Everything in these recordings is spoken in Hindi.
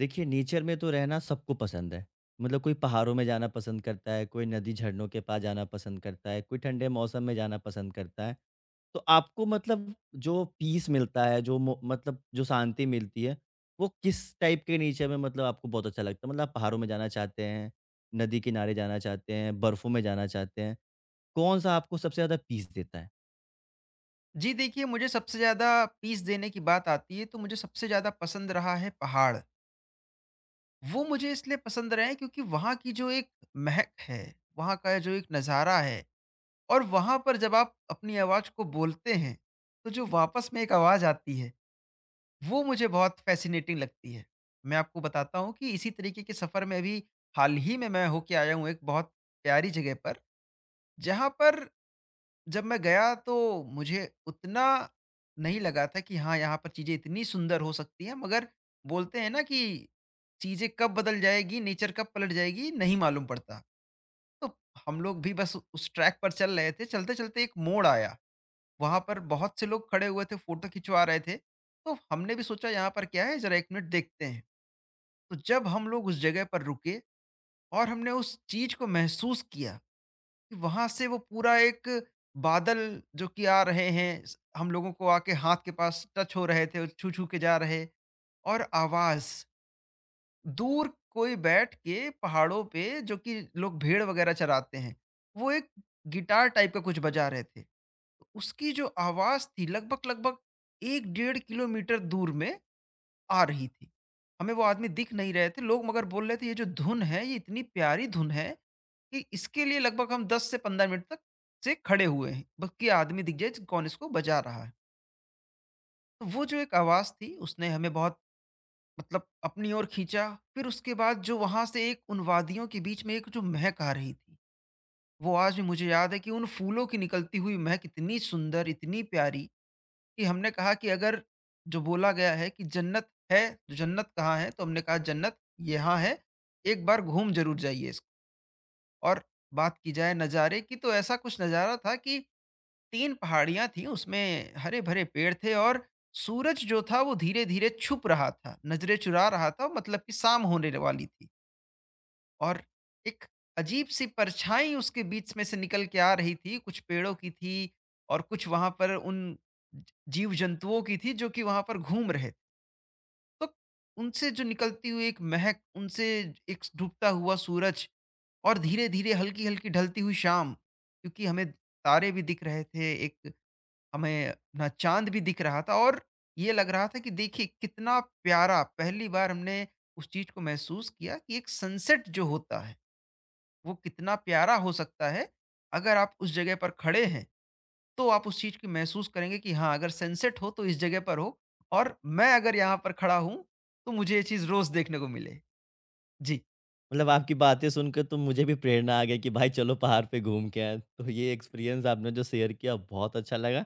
देखिए नेचर में तो रहना सबको पसंद है। मतलब कोई पहाड़ों में जाना पसंद करता है, कोई नदी झरनों के पास जाना पसंद करता है, कोई ठंडे मौसम में जाना पसंद करता है। तो आपको मतलब जो पीस मिलता है, जो मो मतलब जो शांति मिलती है, वो किस टाइप के नेचर में मतलब आपको बहुत अच्छा लगता है? मतलब आप पहाड़ों में जाना चाहते हैं, नदी किनारे जाना चाहते हैं, बर्फ़ों में जाना चाहते हैं, कौन-सा आपको सबसे ज़्यादा पीस देता है? जी देखिए, मुझे सबसे ज़्यादा पीस देने की बात आती है, तो मुझे सबसे ज़्यादा पसंद रहा है पहाड़। वो मुझे इसलिए पसंद रहे हैं क्योंकि वहाँ की जो एक महक है, वहाँ का जो एक नज़ारा है और वहाँ पर जब आप अपनी आवाज़ को बोलते हैं, तो जो वापस में एक आवाज़ आती है, वो मुझे बहुत फ़ैसिनेटिंग लगती है। मैं आपको बताता हूँ कि इसी तरीके के सफ़र में अभी हाल ही में मैं होके आया हूँ एक बहुत प्यारी जगह पर, जहाँ पर जब मैं गया तो मुझे उतना नहीं लगा था कि हाँ, यहाँ पर चीज़ें इतनी सुंदर हो सकती हैं, मगर बोलते हैं ना कि चीज़ें कब बदल जाएगी, नेचर कब पलट जाएगी, नहीं मालूम पड़ता। तो हम लोग भी बस उस ट्रैक पर चल रहे थे, चलते-चलते एक मोड़ आया। वहाँ पर बहुत से लोग खड़े हुए थे, फ़ोटो खिंचवा रहे थे। तो हमने भी सोचा यहाँ पर क्या है, ज़रा 1 मिनट देखते हैं। तो जब हम लोग उस जगह पर रुके और हमने उस चीज़ को महसूस किया, वहाँ से वो पूरा एक बादल जो कि आ रहे हैं, स हम लोगों को आके हाथ के पास टच हो रहे थे, छू-छू के जा रहे। और आवाज़, दूर कोई बैठ के पहाड़ों पे जो कि लोग भेड़ वगैरह चराते हैं, वो एक गिटार टाइप का कुछ बजा रहे थे। तो उसकी जो आवाज़ थी लगभग-लगभग 1 डेढ़ किलोमीटर दूर में आ रही थी। हमें वो आदमी दिख नहीं रहे थे, लोग मगर बोल रहे थे ये जो धुन है ये इतनी प्यारी धुन है, कि इसके लिए लगभग हम 10 से 15 मिनट तक से खड़े हुए हैं, बस कि आदमी दिख जाए जो कौन इसको बजा रहा है। तो वो जो एक आवाज़ थी उसने हमें बहुत मतलब अपनी ओर खींचा, फिर उसके बाद जो वहाँ से एक उन वादियों के बीच में एक जो महक आ रही थी, वो आज भी मुझे याद है कि उन फूलों की निकलती हुई महक इतनी सुंदर, इतनी प्यारी कि हमने कहा कि अगर जो बोला गया है कि जन्नत है तो जन्नत कहाँ है? तो हमने कहा जन्नत यहाँ है, एक बार घूम ज़रूर जाइए इसको। और बात की जाए नज़ारे की तो ऐसा कुछ नज़ारा था कि 3 पहाड़ियाँ थीं, उसमें हरे-भरे पेड़ थे और सूरज जो था वो धीरे-धीरे छुप रहा था, नज़रें चुरा रहा था, मतलब कि शाम होने वाली थी। और एक अजीब-सी परछाई उसके बीच में से निकल के आ रही थी, कुछ पेड़ों की थी और कुछ वहाँ पर उन ज जीव-जंतुओं की थी जो कि वहाँ पर घूम रहे थे। तो उनसे जो निकलती हुई एक महक, उनसे एक डूबता हुआ सूरज और धीरे-धीरे, हल्की-हल्की ढलती हुई शाम, क्योंकि हमें तारे भी दिख रहे थे, एक हमें अपना चाँद भी दिख रहा था और ये लग रहा था कि देखिए कितना प्यारा, पहली बार हमने उस चीज़ को महसूस किया कि एक सनसेट जो होता है वो कितना प्यारा हो सकता है। अगर आप उस जगह पर खड़े हैं तो आप उस चीज की महसूस करेंगे कि हाँ, अगर सनसेट हो तो इस जगह पर हो और मैं अगर यहाँ पर खड़ा हूँ तो मुझे ये चीज रोज देखने को मिले। जी मतलब आपकी बातें सुनकर तो मुझे भी प्रेरणा आ गई कि भाई चलो पहाड़ पे घूम के आएँ। तो ये एक्सपीरियंस आपने जो शेयर किया, बहुत अच्छा लगा।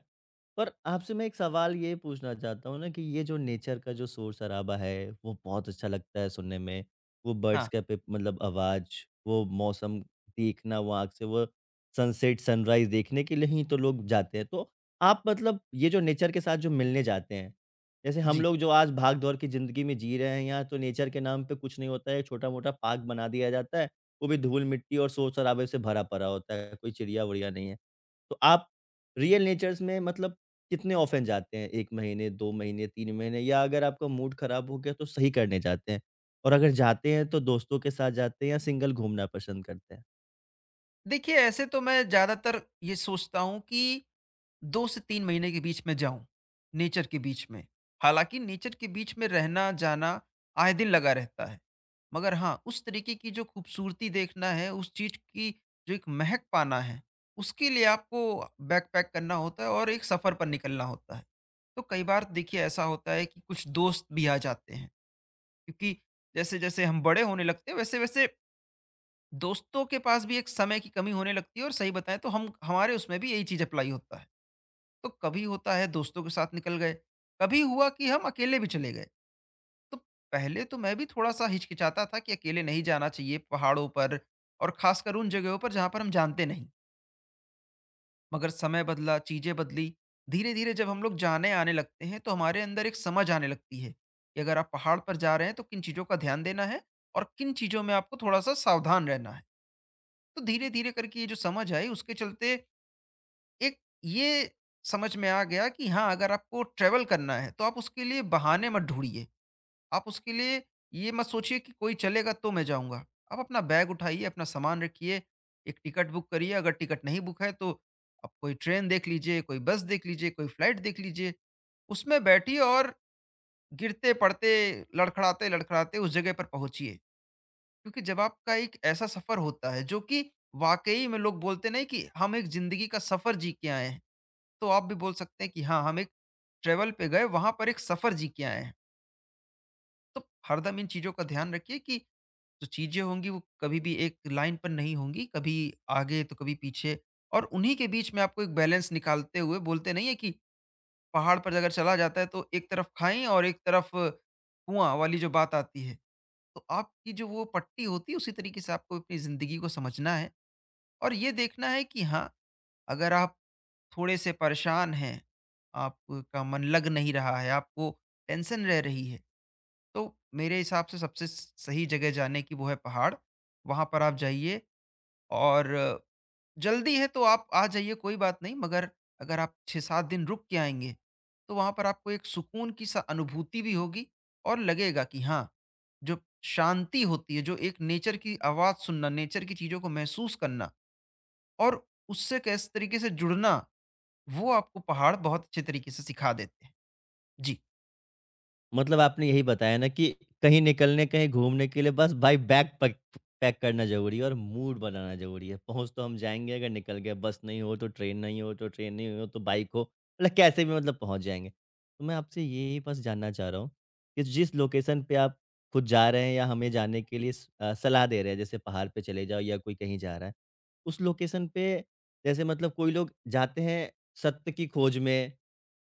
पर आपसे मैं एक सवाल ये पूछना चाहता हूँ ना कि ये जो नेचर का जो शोर-शराबा है, वो बहुत अच्छा लगता है सुनने में। वो बर्ड्स हाँ। का पिप, मतलब आवाज़, वो मौसम देखना, वो आँख से वो सनसेट, सनराइज़ देखने के लिए ही तो लोग जाते हैं। तो आप मतलब ये जो नेचर के साथ जो मिलने जाते हैं, जैसे हम जी, लोग जो आज भाग-दौड़ की ज़िंदगी में जी रहे हैं, यहाँ तो नेचर के नाम पे कुछ नहीं होता है, छोटा-मोटा पार्क बना दिया जाता है, वो भी धूल-मिट्टी और शोर-शराबे से भरा पड़ा होता है, कोई चिड़िया-विड़िया नहीं है। तो आप रियल नेचर्स में मतलब कितने ऑफ़न जाते हैं? 1 महीने, 2 महीने, 3 महीने, या अगर आपका मूड ख़राब हो गया तो सही करने जाते हैं? और अगर जाते हैं तो दोस्तों के साथ जाते हैं या सिंगल घूमना पसंद करते हैं? देखिए ऐसे तो मैं ज्यादातर ये सोचता हूँ कि 2 से 3 महीने के बीच में जाऊँ, नेचर के बीच में। हालाँकि नेचर के बीच में रहना-जाना आए दिन लगा रहता है। मगर हाँ, उस तरीके की जो खूबसूरती देखना है, उस चीज़ की जो एक महक पाना है, उसके लिए आपको बैकपैक करना होता है और एक सफ़र पर निकलना होता है। तो कई बार देखिए ऐसा होता है कि कुछ दोस्त भी आ जाते हैं, क्योंकि जैसे-जैसे हम बड़े होने लगते हैं, वैसे-वैसे दोस्तों के पास भी एक समय की कमी होने लगती है और सही बताएँ तो हम हमारे उसमें भी यही चीज़ अप्लाई होता है। तो कभी होता है दोस्तों के साथ निकल गए, कभी हुआ कि हम अकेले भी चले गए। तो पहले तो मैं भी थोड़ा सा हिचकिचाता था कि अकेले नहीं जाना चाहिए पहाड़ों पर, और खासकर उन जगहों पर जहाँ पर हम जानते नहीं। मगर समय बदला, चीज़ें बदली, धीरे धीरे जब हम लोग जाने आने लगते हैं तो हमारे अंदर एक समझ आने लगती है कि अगर आप पहाड़ पर जा रहे हैं तो किन चीज़ों का ध्यान देना है और किन चीज़ों में आपको थोड़ा सा सावधान रहना है। तो धीरे धीरे करके ये जो समझ आई उसके चलते एक ये समझ में आ गया कि हाँ, अगर आपको ट्रैवल करना है, तो आप उसके लिए बहाने मत ढूँढिए। आप उसके लिए ये मत सोचिए कि कोई चलेगा तो मैं जाऊँगा। आप अपना बैग उठाइए, अपना सामान रखिए, एक टिकट बुक करिए, अगर टिकट नहीं बुक है तो आप कोई ट्रेन देख लीजिए, कोई बस देख लीजिए, कोई फ्लाइट देख लीजिए। उसमें बैठिए और गिरते-पड़ते, लड़खड़ाते-लड़खड़ाते उस जगह पर पहुँचिए। क्योंकि जब आपका एक ऐसा सफ़र होता है, जो कि वाक़ई में, लोग बोलते नहीं कि हम एक ज़िंदगी का सफ़र जी के आए हैं। तो आप भी बोल सकते हैं कि हाँ, हम एक ट्रैवल पे गए, वहाँ पर एक सफ़र जी के आए हैं। तो हरदम इन चीज़ों का ध्यान रखिए कि जो चीज़ें होंगी, वो कभी भी एक लाइन पर नहीं होंगी, कभी आगे तो कभी पीछे, और उन्हीं के बीच में आपको एक बैलेंस निकालते हुए, बोलते नहीं है कि पहाड़ पर अगर चला जाता है, तो एक तरफ खाई और एक तरफ कुआँ वाली जो बात आती है। तो आपकी जो वो पट्टी होती है, उसी तरीके से आपको अपनी ज़िंदगी को समझना है और ये देखना है कि हाँ, अगर आप थोड़े-से परेशान हैं, आपका मन लग नहीं रहा है, आपको टेंशन रह रही है, तो मेरे हिसाब से सबसे स सही जगह जाने की वो है पहाड़। वहाँ पर आप जाइए, और जल्दी है तो आप आ जाइए कोई बात नहीं, मगर अगर आप 6-7 दिन रुक के आएँगे, तो वहाँ पर आपको एक सुकून की सा अनुभूति भी होगी और लगेगा कि हाँ, जो शांति होती है, जो एक नेचर की आवाज़ सुनना, नेचर की चीज़ों को महसूस करना और उससे किस तरीके से जुड़ना, वो आपको पहाड़ बहुत अच्छे तरीके से सिखा देते हैं। जी। मतलब आपने यही बताया ना कि कहीं निकलने, कहीं घूमने के लिए बस भाई बैग पैक पैक करना ज़रूरी है और मूड बनाना ज़रूरी है। पहुँच तो हम जाएँगे अगर निकल गए, बस नहीं हो तो ट्रेन नहीं हो तो बाइक हो, मतलब कैसे भी, मतलब पहुँच जाएँगे। तो मैं आपसे यही बस जानना चाह रहा हूँ कि जिस लोकेशन पे आप खुद जा रहे हैं या हमें जाने के लिए सलाह दे रहे हैं, जैसे पहाड़ पे चले जाओ या कोई कहीं जा रहा है, उस लोकेशन पे, जैसे मतलब कोई लोग जाते हैं सत्य की खोज में,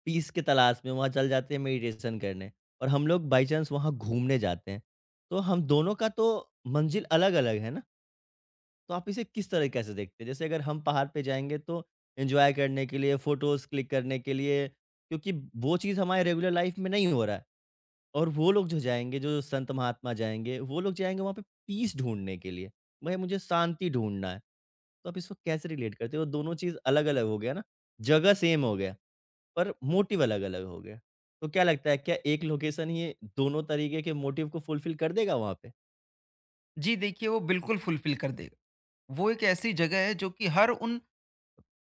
पीस की तलाश में वहाँ चल जाते हैं मेडिटेशन करने, और हम लोग बाई चांस वहाँ घूमने जाते हैं। तो हम दोनों का तो मंज़िल अलग-अलग है ना, तो आप इसे किस तरीके से देखते हैं? जैसे अगर हम पहाड़ पे जाएँगे तो एन्जॉय करने के लिए, फ़ोटोज़ क्लिक करने के लिए, क्योंकि वो चीज़ हमारे रेगुलर लाइफ़ में नहीं हो रहा है, और वो लोग जो जाएँगे, जो संत महात्मा जाएँगे, वो लोग जाएँगे वहाँ पे पीस ढूँढने के लिए। भई मुझे शांति ढूँढना है। तो आप इसको कैसे रिलेट करते हो? दोनों चीज़ अलग-अलग हो गया ना, जगह सेम हो गया। पर मोटिव अलग-अलग हो गए। तो क्या लगता है, क्या एक लोकेशन ही दोनों तरीके के मोटिव को फुलफ़िल कर देगा वहाँ पे? जी, देखिए वो बिल्कुल फुलफ़िल कर देगा। वो एक ऐसी जगह है जो कि हर उन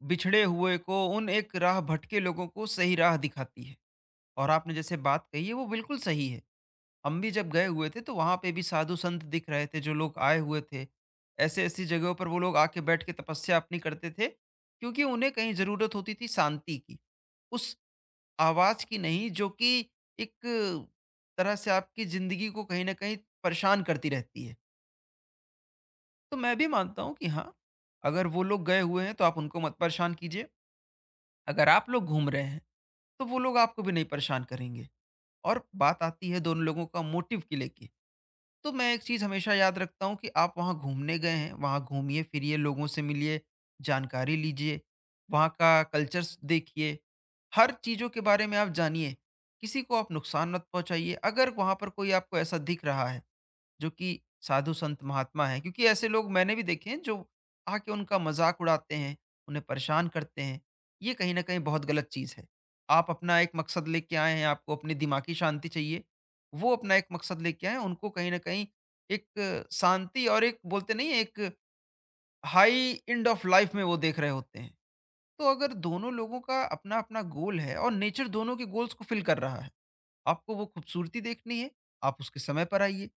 बिछड़े हुए को, उन एक राह भटके लोगों को सही राह दिखाती है। और आपने जैसे बात कही है वो बिल्कुल सही है। हम भी जब गए हुए थे तो वहाँ पे भी साधु-संत दिख रहे थे, जो लोग आए हुए थे। ऐसी-ऐसी जगहों पर वो लोग आके बैठ के तपस्या अपनी करते थे, क्योंकि उन्हें कहीं ज़रूरत होती थी शांति की। उस आवाज की नहीं जो कि एक तरह से आपकी ज़िंदगी को कहीं न कहीं परेशान करती रहती है। तो मैं भी मानता हूँ कि हाँ, अगर वो लोग गए हुए हैं तो आप उनको मत परेशान कीजिए। अगर आप लोग घूम रहे हैं, तो वो लोग आपको भी नहीं परेशान करेंगे। और बात आती है दोनों लोगों का मोटिव को लेके, तो मैं एक चीज़ हमेशा याद रखता हूँ कि आप वहाँ घूमने गए हैं, वहाँ घूमिए फिरिए, लोगों से मिलिए, जानकारी लीजिए, वहाँ का कल्चर्स देखिए, हर चीज़ों के बारे में आप जानिए, किसी को आप नुकसान मत पहुँचाइए। अगर वहाँ पर कोई आपको ऐसा दिख रहा है जो कि साधु संत महात्मा हैं, क्योंकि ऐसे लोग मैंने भी देखे हैं जो आके उनका मजाक उड़ाते हैं, उन्हें परेशान करते हैं। ये कहीं न कहीं बहुत गलत चीज़ है। आप अपना एक मकसद लेके आए हैं, आपको अपनी दिमागी शांति चाहिए, वो अपना एक मकसद लेके आए हैं, उनको कहीं न कहीं एक शांति और एक, बोलते नहीं है, एक हाई एंड ऑफ लाइफ में वो देख रहे होते हैं। तो अगर दोनों लोगों का अपना-अपना गोल है और नेचर दोनों के गोल्स को फ़िल कर रहा है, आपको वो खूबसूरती देखनी है, आप उसके समय पर आइए।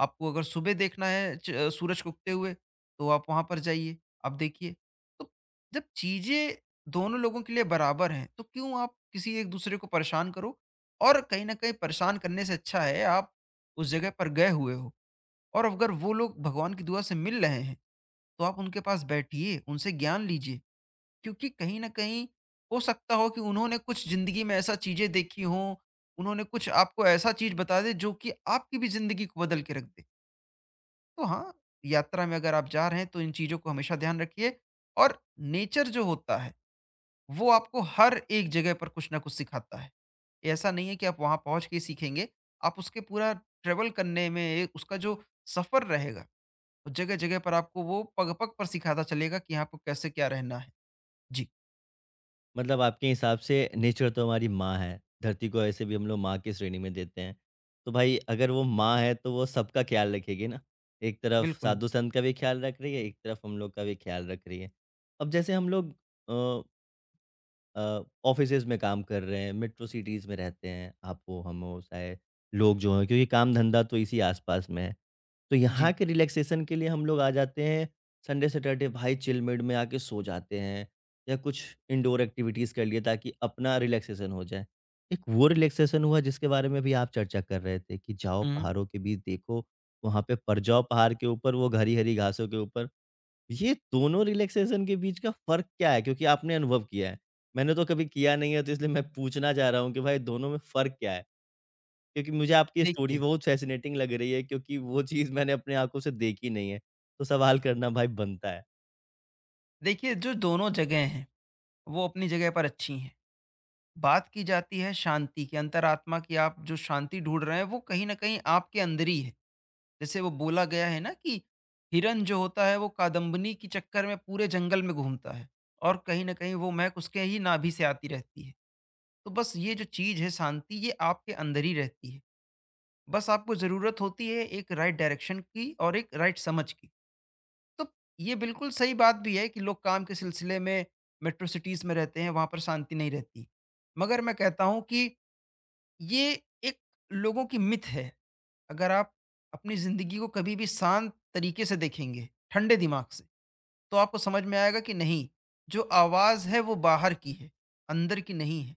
आपको अगर सुबह देखना है सूरज को उगते हुए, तो आप वहाँ पर जाइए, आप देखिए। तो जब चीज़ें दोनों लोगों के लिए बराबर हैं, तो क्यों आप किसी एक-दूसरे को परेशान करो? और कहीं न कहीं परेशान करने से अच्छा है आप उस जगह पर गए हुए हो। और अगर वो लोग भगवान की दुआ से मिल रहे हैं, तो आप उनके पास बैठिए, उनसे ज्ञान लीजिए। क्योंकि कहीं न कहीं हो सकता हो कि उन्होंने कुछ ज़िंदगी में ऐसा चीज़ें देखी हों, उन्होंने कुछ आपको ऐसा चीज़ बता दें जो कि आपकी भी ज़िंदगी को बदल के रख दे। तो हाँ, यात्रा में अगर आप जा रहे हैं तो इन चीज़ों को हमेशा ध्यान रखिए। और नेचर जो होता है, वो आपको हर एक जगह पर कुछ न कुछ सिखाता है। ऐसा नहीं है कि आप वहाँ पहुँच के ही सीखेंगे, आप उसके पूरा ट्रैवल करने में उसका जो सफ़र रहेगा, जगह-जगह पर आपको वो पग-पग पर सिखाता चलेगा कि यहाँ आपको कैसे क्या रहना है। जी, मतलब आपके हिसाब से नेचर तो हमारी माँ है, धरती को ऐसे भी हम लोग माँ की श्रेणी में देते हैं। तो भाई अगर वो माँ है तो वो सबका ख्याल रखेगी ना। एक तरफ बिल्कुल। साधु-संत का भी ख्याल रख रही है, एक तरफ हम लोग का भी ख्याल रख रही है। अब जैसे हम लोग अ ऑफ़िसेज़ में काम कर रहे हैं, मेट्रो सिटीज़ में रहते हैं, आप हो, हम हो, शायद लोग जो हैं, क्योंकि काम-धंधा तो इसी आस-पास में है। तो जी। यहाँ के रिलैक्सेशन के लिए हम लोग आ जाते हैं। संडे सैटरडे भाई चिल मूड में आके सो जाते हैं, या कुछ इंडोर एक्टिविटीज़ कर लिए ताकि अपना रिलैक्सेशन हो जाए। एक वो रिलैक्सेशन हुआ जिसके बारे में भी आप चर्चा कर रहे थे कि जाओ हुँ। पहाड़ों के बीच देखो, वहाँ पे पड़ जाओ पहाड़ के ऊपर, वो हरी-हरी घासों के ऊपर। ये दोनों रिलैक्सेशन के बीच का फ़र्क क्या है? क्योंकि आपने अनुभव किया है। मैंने तो कभी किया नहीं है, तो इसलिए मैं पूछना चाह रहा हूँ कि भाई दोनों में फ़र्क क्या है? क्योंकि मुझे आपकी स्टोरी देखिए बहुत फ़ैसिनेटिंग लग रही है, क्योंकि वो चीज़ मैंने अपनी आँखों से देखी नहीं है, तो सवाल करना भाई बनता है। देखिए जो दोनों जगह हैं, वो अपनी जगह पर अच्छी हैं। बात की जाती है शांति की, अंतरात्मा की। आप जो शांति ढूँढ रहे हैं, वो कहीं न कहीं आपके अंदर ही है। जैसे वो बोला गया है ना कि हिरन जो होता है, वो कादम्बनी के चक्कर में पूरे जंगल में घूमता है और कहीं न कहीं वो महक उसके ही नाभि से आती रहती है। तो बस ये जो चीज़ है शांति, ये आपके अंदर ही रहती है। बस आपको ज़रूरत होती है एक राइट डायरेक्शन की और एक राइट समझ की। तो ये बिल्कुल सही बात भी है कि लोग काम के सिलसिले में मेट्रो सिटीज़ में रहते हैं, वहाँ पर शांति नहीं रहती। मगर मैं कहता हूँ कि ये एक लोगों की मिथ है। अगर आप अपनी ज़िंदगी को कभी भी शांत तरीके से देखेंगे, ठंडे दिमाग से, तो आपको समझ में आएगा कि नहीं, जो आवाज़ है वो बाहर की है, अंदर की नहीं है।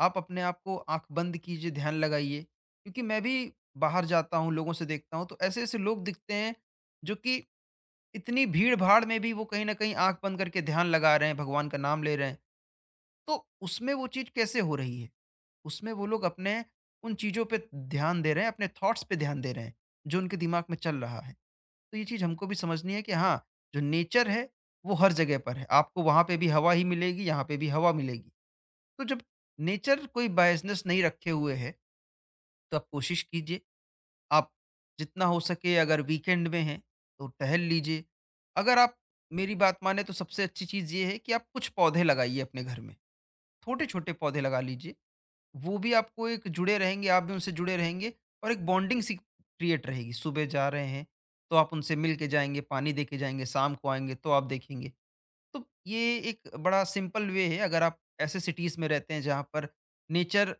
आप अपने आप को आँख बंद कीजिए, ध्यान लगाइए, क्योंकि मैं भी बाहर जाता हूँ, लोगों से देखता हूँ, तो ऐसे-ऐसे लोग दिखते हैं जो कि इतनी भीड़-भाड़ में भी वो कहीं न कहीं आँख बंद करके ध्यान लगा रहे हैं, भगवान का नाम ले रहे हैं। तो उसमें वो चीज़ कैसे हो रही है? उसमें वो लोग अपने उन चीज़ों पे ध्यान दे रहे हैं, अपने थॉट्स पे ध्यान दे रहे हैं, जो उनके दिमाग में चल रहा है। तो ये चीज़ हमको भी समझनी है कि हाँ, जो नेचर है, वो हर जगह पर है। आपको वहाँ पे भी हवा ही मिलेगी, यहाँ पे भी हवा मिलेगी। तो जब नेचर कोई बायसनेस नहीं रखे हुए है, तो आप कोशिश कीजिए, आप जितना हो सके अगर वीकेंड में हैं, तो टहल लीजिए। अगर आप मेरी बात मानें तो सबसे अच्छी चीज़ ये है कि आप कुछ पौधे लगाइए अपने घर में। छोटे-छोटे पौधे लगा लीजिए। वो भी आपको एक जुड़े रहेंगे, आप भी उनसे जुड़े रहेंगे और एक बॉन्डिंग सी क्रिएट रहेगी। सुबह जा रहे हैं, तो आप उनसे मिल के जाएँगे, पानी दे के जाएँगे, शाम को आएँगे तो आप देखेंगे। तो ये एक बड़ा सिंपल वे है अगर आप ऐसे सिटीज़ में रहते हैं जहाँ पर नेचर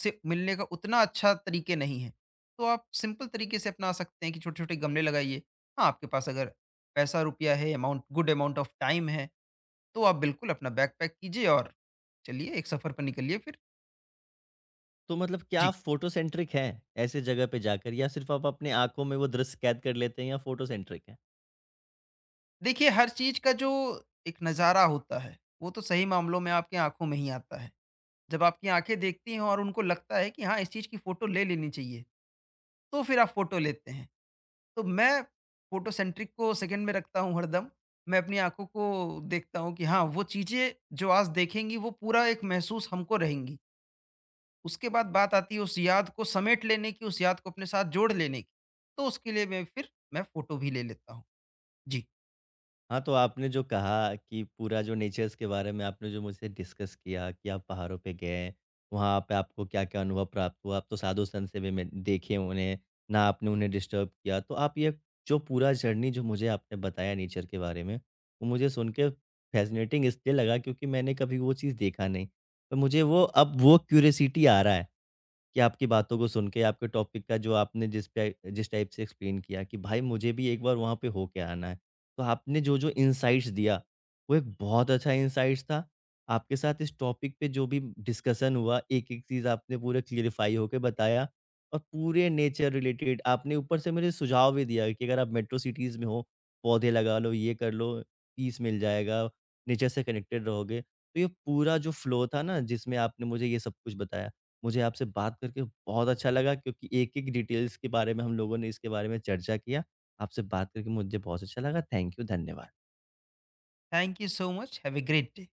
से मिलने का उतना अच्छा तरीके नहीं है, तो आप सिंपल तरीके से अपना सकते हैं कि छोटे-छोटे गमले लगाइए। हाँ, आपके पास अगर पैसा रुपया है, amount good amount of time है, तो आप बिल्कुल अपना बैग पैक कीजिए और चलिए एक सफ़र पर निकलिए फिर। तो मतलब क्या जी। आप फ़ोटो सेंट्रिक हैं, ऐसे जगह पे जाकर, या सिर्फ़ आप अपनी आँखों में वो दृश्य कैद कर लेते हैं या फ़ोटो सेंट्रिक हैं? देखिए, हर चीज़ का जो एक नज़ारा होता है, वो तो सही मामलों में आपकी आँखों में ही आता है। जब आपकी आँखें देखती हैं और उनको लगता है कि हाँ, इस चीज़ की फ़ोटो ले लेनी चाहिए, तो फिर आप फ़ोटो लेते हैं। तो मैं फ़ोटो सेंट्रिक को सेकंड में रखता हूँ हरदम। मैं अपनी आँखों को देखता हूँ कि हाँ, वो चीज़ें जो आज देखेंगी, वो पूरा एक महसूस हमको रहेंगी। उसके बाद बात आती है उस याद को समेट लेने की, उस याद को अपने साथ जोड़ लेने की। तो उसके लिए मैं फिर मैं फ़ोटो भी ले लेता हूँ। जी, हाँ, तो आपने जो कहा कि पूरा जो नेचर्स के बारे में आपने जो मुझसे डिस्कस किया कि आप पहाड़ों पे गए, वहाँ पे आपको क्या-क्या अनुभव प्राप्त हुआ, आप तो साधु-संत से भी में देखे उन्हें, ना आपने उन्हें डिस्टर्ब किया। तो आप ये जो पूरा जर्नी जो मुझे आपने बताया नेचर के बारे में, वो मुझे सुन के फ़ैसिनेटिंग इसलिए लगा क्योंकि मैंने कभी वो चीज़ देखा नहीं। तो मुझे वो, अब वो क्यूरियोसिटी आ रहा है। कि आपकी बातों को सुन के, आपके टॉपिक का जो आपने जिस पे जिस टाइप से एक्सप्लेन किया कि भाई मुझे भी एक बार वहाँ पे होके आना है। तो आपने जो-जो इनसाइट्स दिया, वो एक बहुत अच्छा इनसाइट्स था। आपके साथ इस टॉपिक पे जो भी डिस्कशन हुआ, एक-एक चीज़ आपने पूरा क्लेरिफ़ाई होके बताया, और पूरे नेचर रिलेटेड आपने ऊपर से मुझे सुझाव भी दिया कि अगर आप मेट्रो सिटीज़ में हो, पौधे लगा लो, ये कर लो, पीस मिल जाएगा, नेचर से कनेक्टेड रहोगे। तो ये पूरा जो फ्लो था ना जिसमें आपने मुझे ये सब कुछ बताया, मुझे आपसे बात करके बहुत अच्छा लगा, क्योंकि एक-एक डिटेल्स के बारे में हम लोगों ने इसके बारे में चर्चा किया। आपसे बात करके मुझे बहुत अच्छा लगा। थैंक यू, धन्यवाद। Thank you so much. Have a great day.